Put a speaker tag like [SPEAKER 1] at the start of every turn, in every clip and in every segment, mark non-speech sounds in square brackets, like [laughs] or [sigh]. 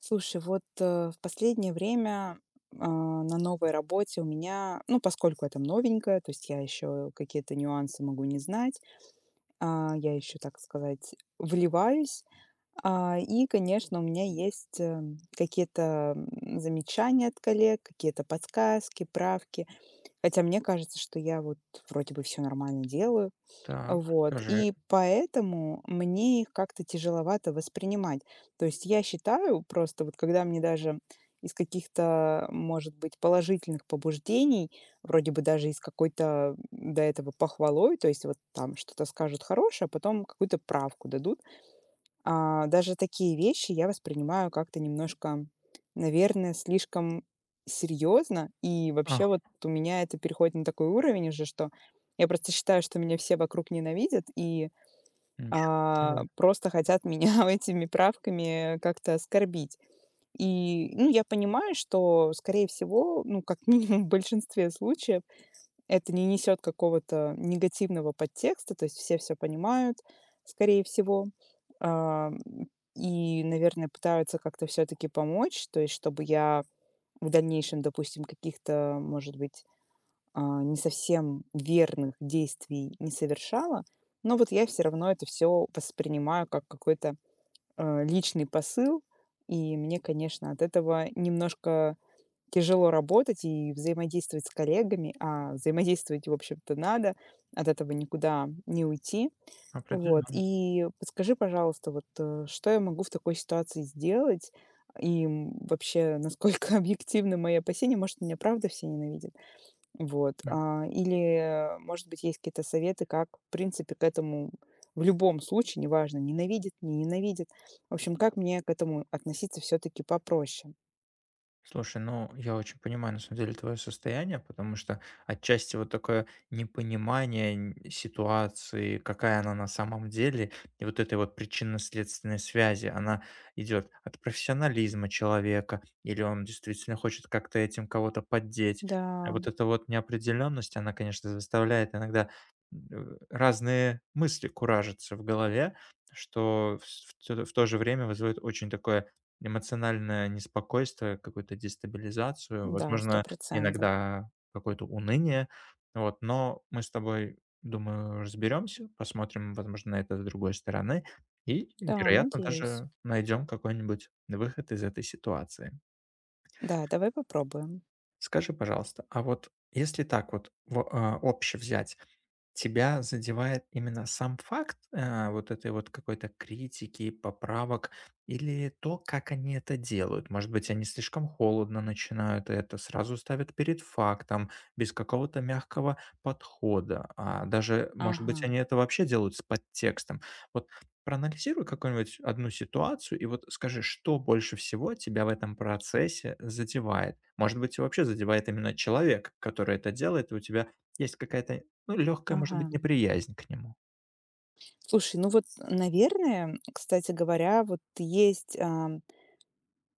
[SPEAKER 1] Слушай, вот, в последнее время, а, на новой работе у меня, ну, поскольку это новенькое, то есть я еще какие-то нюансы могу не знать, я еще, так сказать, вливаюсь. И, конечно, у меня есть, какие-то, замечания от коллег, какие-то подсказки, правки. Хотя мне кажется, что я вот вроде бы все нормально делаю.
[SPEAKER 2] Так,
[SPEAKER 1] Вот.
[SPEAKER 2] расскажи.
[SPEAKER 1] И поэтому мне их как-то тяжеловато воспринимать. То есть я считаю просто, вот когда мне даже из каких-то, может быть, положительных побуждений, вроде бы даже из какой-то до этого похвалой, то есть вот там что-то скажут хорошее, а потом какую-то правку дадут, даже такие вещи я воспринимаю как-то немножко, наверное, слишком серьезно. И
[SPEAKER 2] Ах,
[SPEAKER 1] вообще вот у меня это переходит на такой уровень уже, что я просто считаю, что меня все вокруг ненавидят и
[SPEAKER 2] ничего себе.
[SPEAKER 1] просто хотят меня [laughs] этими правками как-то оскорбить. И, ну, я понимаю, что, скорее всего, ну, как минимум в большинстве случаев это не несет какого-то негативного подтекста, то есть все все понимают, скорее всего. Ам, и, наверное, пытаются как-то все таки помочь, то есть чтобы я в дальнейшем, допустим, каких-то, может быть, не совсем верных действий не совершала, но вот я все равно это все воспринимаю как какой-то, личный посыл, и мне, конечно, от этого немножко тяжело работать и взаимодействовать с коллегами, а взаимодействовать, в общем-то, надо, от этого никуда не уйти. Вот.
[SPEAKER 2] Определенно.
[SPEAKER 1] И подскажи, пожалуйста, вот, что я могу в такой ситуации сделать? И вообще, насколько [laughs] объективны мои опасения, может, меня правда все ненавидят. Вот. Или, может быть, есть какие-то советы, как, в принципе, к этому в любом случае, неважно, ненавидит, не ненавидит. В общем, как мне к этому относиться все-таки попроще?
[SPEAKER 2] Слушай, ну, я очень понимаю, на самом деле, твое состояние, потому что отчасти вот такое непонимание ситуации, какая она на самом деле, и вот этой вот причинно-следственной связи, она идет от профессионализма человека, или он действительно хочет как-то этим кого-то поддеть. А
[SPEAKER 1] Да,
[SPEAKER 2] вот эта вот неопределенность, она, конечно, заставляет иногда разные мысли куражиться в голове, что в то же время вызывает очень такое эмоциональное неспокойство, какую-то дестабилизацию,
[SPEAKER 1] да, сто
[SPEAKER 2] возможно,
[SPEAKER 1] процентов.
[SPEAKER 2] иногда какое-то уныние. Вот, но мы с тобой, думаю, разберемся, посмотрим, возможно, на это с другой стороны и,
[SPEAKER 1] Да,
[SPEAKER 2] вероятно,
[SPEAKER 1] надеюсь.
[SPEAKER 2] даже найдем какой-нибудь выход из этой ситуации.
[SPEAKER 1] Да, давай попробуем.
[SPEAKER 2] Скажи, пожалуйста, а вот если так вот обще взять, тебя задевает именно сам факт, вот этой вот какой-то критики, поправок или то, как они это делают? Может быть, они слишком холодно начинают это, сразу ставят перед фактом, без какого-то мягкого подхода. А даже, может быть,
[SPEAKER 1] Ага,
[SPEAKER 2] они это вообще делают с подтекстом. Вот проанализируй какую-нибудь одну ситуацию и вот скажи, что больше всего тебя в этом процессе задевает. Может быть, вообще задевает именно человек, который это делает, и у тебя есть какая-то ну, легкая, может
[SPEAKER 1] ага.
[SPEAKER 2] быть, неприязнь к нему.
[SPEAKER 1] Слушай, ну вот, наверное, кстати говоря, вот есть,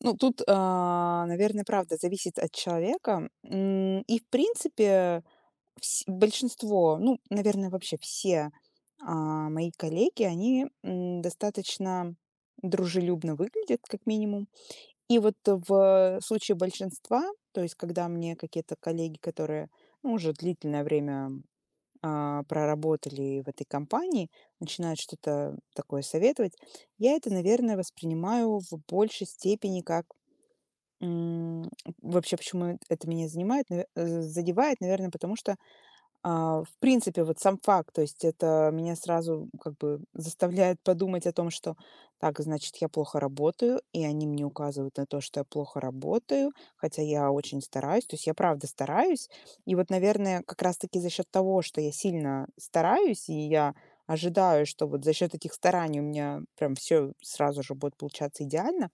[SPEAKER 1] ну тут, наверное, правда зависит от человека. И в принципе вс большинство, ну, наверное, вообще все, мои коллеги, они, достаточно дружелюбно выглядят, как минимум. И вот в случае большинства, то есть когда мне какие-то коллеги, которые, ну, уже длительное время проработали в этой компании, начинают что-то такое советовать, я это, наверное, воспринимаю в большей степени как м, вообще, почему это меня занимает, задевает, наверное, потому что в принципе, вот сам факт, то есть это меня сразу как бы заставляет подумать о том, что так, значит, я плохо работаю, и они мне указывают на то, что я плохо работаю, хотя я очень стараюсь, то есть я правда стараюсь. И вот, наверное, как раз-таки за счет того, что я сильно стараюсь, и я ожидаю, что вот за счет этих стараний у меня прям все сразу же будет получаться идеально,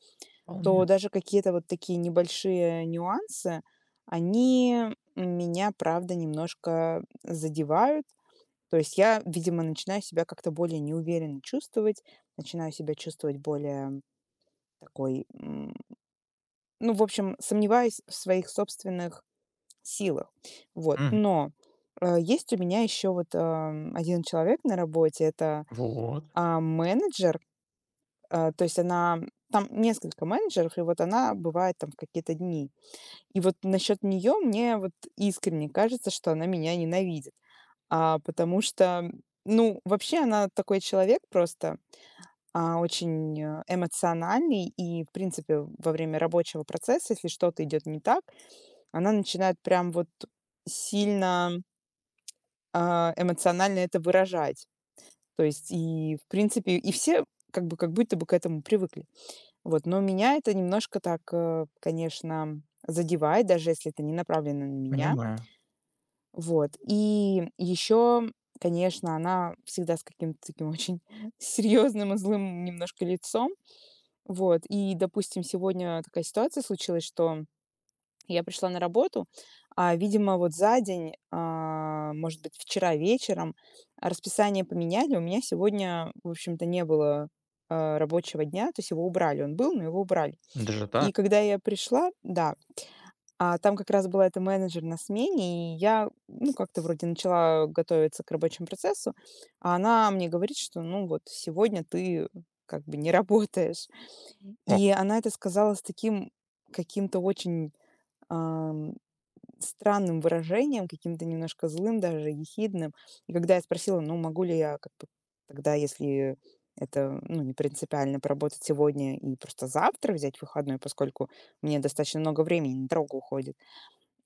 [SPEAKER 1] то
[SPEAKER 2] Вполне.
[SPEAKER 1] даже какие-то вот такие небольшие нюансы, они меня, правда, немножко задевают. То есть я, видимо, начинаю себя как-то более неуверенно чувствовать, начинаю себя чувствовать более такой, ну, в общем, сомневаюсь в своих собственных силах. Вот.
[SPEAKER 2] Мгм.
[SPEAKER 1] Но есть у меня еще вот один человек на работе, это
[SPEAKER 2] Вот,
[SPEAKER 1] менеджер, то есть она, там несколько менеджеров, и вот она бывает там в какие-то дни. И вот насчет нее мне вот искренне кажется, что она меня ненавидит. Потому что, ну, вообще она такой человек просто, очень, эмоциональный. И, в принципе, во время рабочего процесса, если что-то идет не так, она начинает прям вот сильно, эмоционально это выражать. То есть и, в принципе, и все как бы как будто бы к этому привыкли. Вот, но меня это немножко так, конечно, задевает, даже если это не направлено на меня.
[SPEAKER 2] понимаю.
[SPEAKER 1] Вот. И еще, конечно, она всегда с каким-то таким очень [laughs] серьезным и злым немножко лицом. Вот. И, допустим, сегодня такая ситуация случилась, что я пришла на работу, видимо, вот за день, может быть, вчера вечером расписание поменяли. У меня сегодня, в общем-то, не было рабочего дня, то есть его убрали. Он был, но его убрали.
[SPEAKER 2] Даже
[SPEAKER 1] И
[SPEAKER 2] так?
[SPEAKER 1] когда я пришла, да, а там как раз была эта менеджер на смене, и я, ну, как-то вроде начала готовиться к рабочему процессу, а она мне говорит, что, ну, вот сегодня ты как бы не работаешь. И она это сказала с таким каким-то очень ам, странным выражением, каким-то немножко злым, даже ехидным. И когда я спросила, ну, могу ли я как бы тогда, если это, ну, не принципиально, поработать сегодня и просто завтра взять выходной, поскольку мне достаточно много времени на дорогу уходит,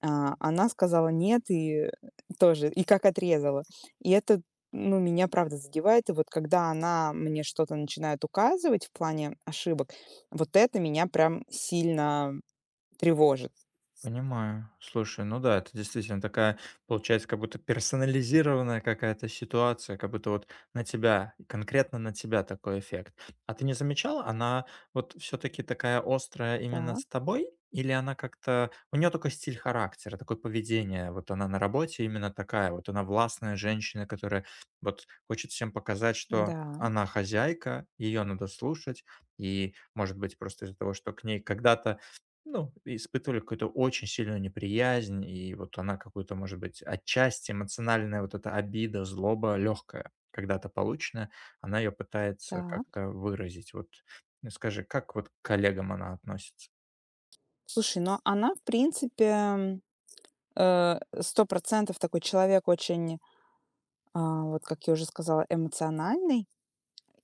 [SPEAKER 1] она сказала нет и тоже, и как отрезала. И это, ну, меня правда задевает. И вот когда она мне что-то начинает указывать в плане ошибок, вот это меня прям сильно тревожит.
[SPEAKER 2] Понимаю. Слушай, ну да, это действительно такая, получается, как будто персонализированная какая-то ситуация, как будто вот на тебя, конкретно на тебя такой эффект. А ты не замечала, она вот все-таки такая острая именно
[SPEAKER 1] Так,
[SPEAKER 2] с тобой? Или она как-то... У нее такой стиль характера, такое поведение. Вот она на работе именно такая. Вот она властная женщина, которая вот хочет всем показать, что
[SPEAKER 1] да,
[SPEAKER 2] она хозяйка, ее надо слушать. И, может быть, просто из-за того, что к ней когда-то ну, испытывали какую-то очень сильную неприязнь, и вот она какую-то, может быть, отчасти эмоциональная вот эта обида, злоба легкая, когда-то полученная, она ее пытается
[SPEAKER 1] так.
[SPEAKER 2] как-то выразить. Вот ну, скажи, как вот к коллегам она относится?
[SPEAKER 1] Слушай, но она, в принципе, 100% такой человек очень, вот как я уже сказала, эмоциональный.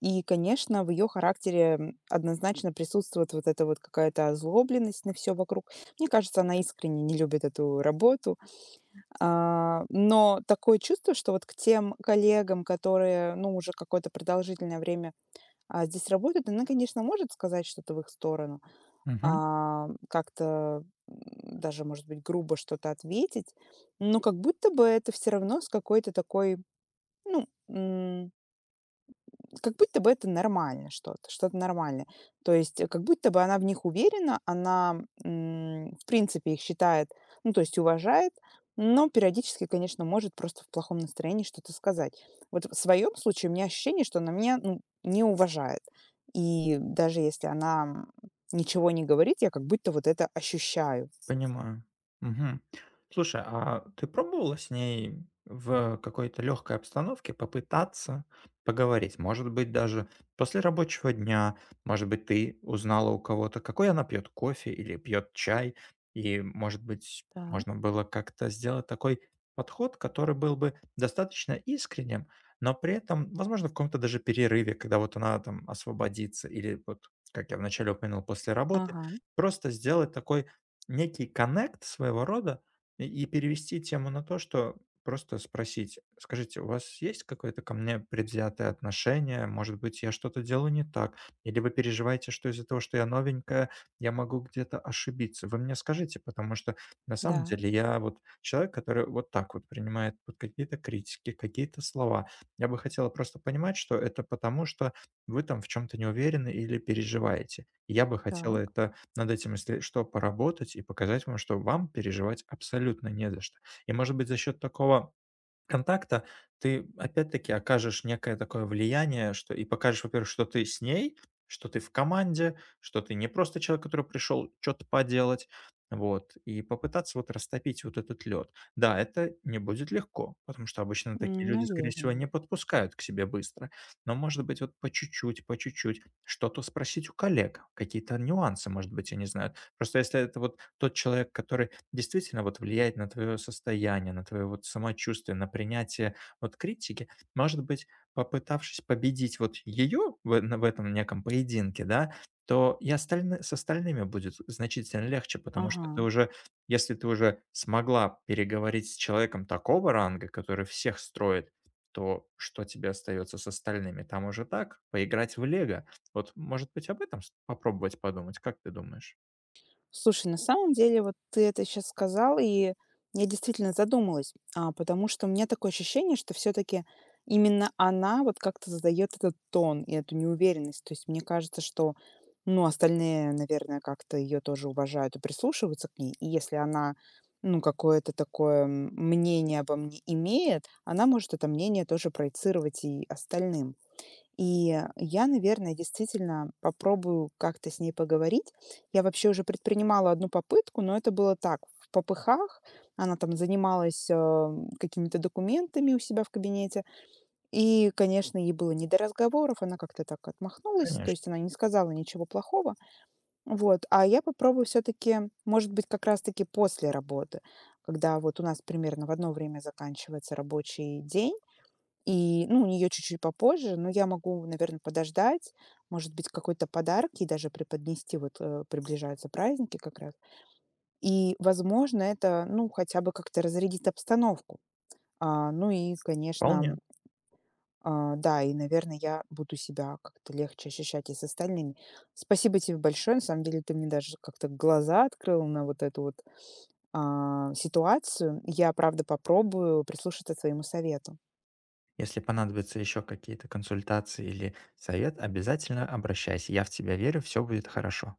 [SPEAKER 1] И, конечно, в ее характере, однозначно присутствует вот эта вот какая-то озлобленность на все вокруг. Мне кажется, она искренне не любит эту работу. Но такое чувство, что вот к тем коллегам, которые, ну, уже какое-то продолжительное время, здесь работают, она, конечно, может сказать что-то в их сторону, как-то, даже, может быть, грубо что-то ответить, но как будто бы это все равно с какой-то такой, ну, как будто бы это нормально что-то, что-то нормальное. То есть, как будто бы она в них уверена, она, в принципе, их считает, ну, то есть уважает, но периодически, конечно, может просто в плохом настроении что-то сказать. Вот в своем случае у меня ощущение, что она меня, ну, не уважает. И даже если она, ничего не говорит, я как будто вот это ощущаю.
[SPEAKER 2] Понимаю. Мгм. Слушай, а ты пробовала с ней в какой-то легкой обстановке попытаться поговорить? Может быть, даже после рабочего дня, может быть, ты узнала у кого-то, какой она пьет кофе или пьет чай, и, может быть,
[SPEAKER 1] Так.
[SPEAKER 2] можно было как-то сделать такой подход, который был бы достаточно искренним, но при этом, возможно, в каком-то даже перерыве, когда вот она там освободится, или вот, как я вначале упомянул, после работы,
[SPEAKER 1] Ага,
[SPEAKER 2] просто сделать такой некий коннект своего рода и перевести тему на то, что просто спросить: "Скажите, у вас есть какое-то ко мне предвзятое отношение? Может быть, я что-то делаю не так? Или вы переживаете, что из-за того, что я новенькая, я могу где-то ошибиться? Вы мне скажите, потому что на самом
[SPEAKER 1] да,
[SPEAKER 2] деле я вот человек, который вот так вот принимает вот какие-то критики, какие-то слова. Я бы хотела просто понимать, что это потому, что вы там в чем то не уверены или переживаете. Я бы хотела
[SPEAKER 1] так,
[SPEAKER 2] это над этим, если что, поработать и показать вам, что вам переживать абсолютно не за что. И, может быть, за счет такого контакта, ты опять-таки окажешь некое такое влияние, что и покажешь, во-первых, что ты с ней, что ты в команде, что ты не просто человек, который пришел что-то поделать, вот, и попытаться вот растопить вот этот лед. Да, это не будет легко, потому что обычно такие люди, скорее всего, не
[SPEAKER 1] наверное.
[SPEAKER 2] подпускают к себе быстро, но, может быть, вот по чуть-чуть что-то спросить у коллег, какие-то нюансы, может быть, они знают. Просто если это вот тот человек, который действительно вот влияет на твое состояние, на твое вот самочувствие, на принятие вот критики. Может быть, попытавшись победить вот ее в этом неком поединке, да, то и с остальными будет значительно легче, потому
[SPEAKER 1] Ага.
[SPEAKER 2] что ты уже, если ты уже смогла переговорить с человеком такого ранга, который всех строит, то что тебе остается с остальными? Там уже так, поиграть в лего. Вот, может быть, об этом попробовать подумать, как ты думаешь?
[SPEAKER 1] Слушай, на самом деле, вот ты это сейчас сказал, и я действительно задумалась, потому что у меня такое ощущение, что все-таки именно она вот как-то задает этот тон и эту неуверенность. То есть мне кажется, что, ну, остальные, наверное, как-то ее тоже уважают и прислушиваются к ней. И если она, ну, какое-то такое мнение обо мне имеет, она может это мнение тоже проецировать и остальным. И я, наверное, действительно попробую как-то с ней поговорить. Я вообще уже предпринимала одну попытку, но это было так, в попыхах. Она там занималась, какими-то документами у себя в кабинете. И, конечно, ей было не до разговоров. Она как-то так отмахнулась, то
[SPEAKER 2] Конечно,
[SPEAKER 1] есть она не сказала ничего плохого. Вот, а я попробую все таки может быть, как раз таки после работы, когда вот у нас примерно в одно время заканчивается рабочий день. И, ну, у нее чуть-чуть попозже, но я могу, наверное, подождать, может быть, какой-то подарок и даже преподнести, вот, приближаются праздники как раз. И, возможно, это, ну, хотя бы как-то разрядит обстановку. Ну и, конечно,
[SPEAKER 2] вполне.
[SPEAKER 1] да, и, наверное, я буду себя как-то легче ощущать и с остальными. Спасибо тебе большое, на самом деле ты мне даже как-то глаза открыл на вот эту вот, ситуацию. Я, правда, попробую прислушаться к своему совету.
[SPEAKER 2] Если понадобятся еще какие-то консультации или совет, обязательно обращайся. Я в тебя верю, все будет хорошо.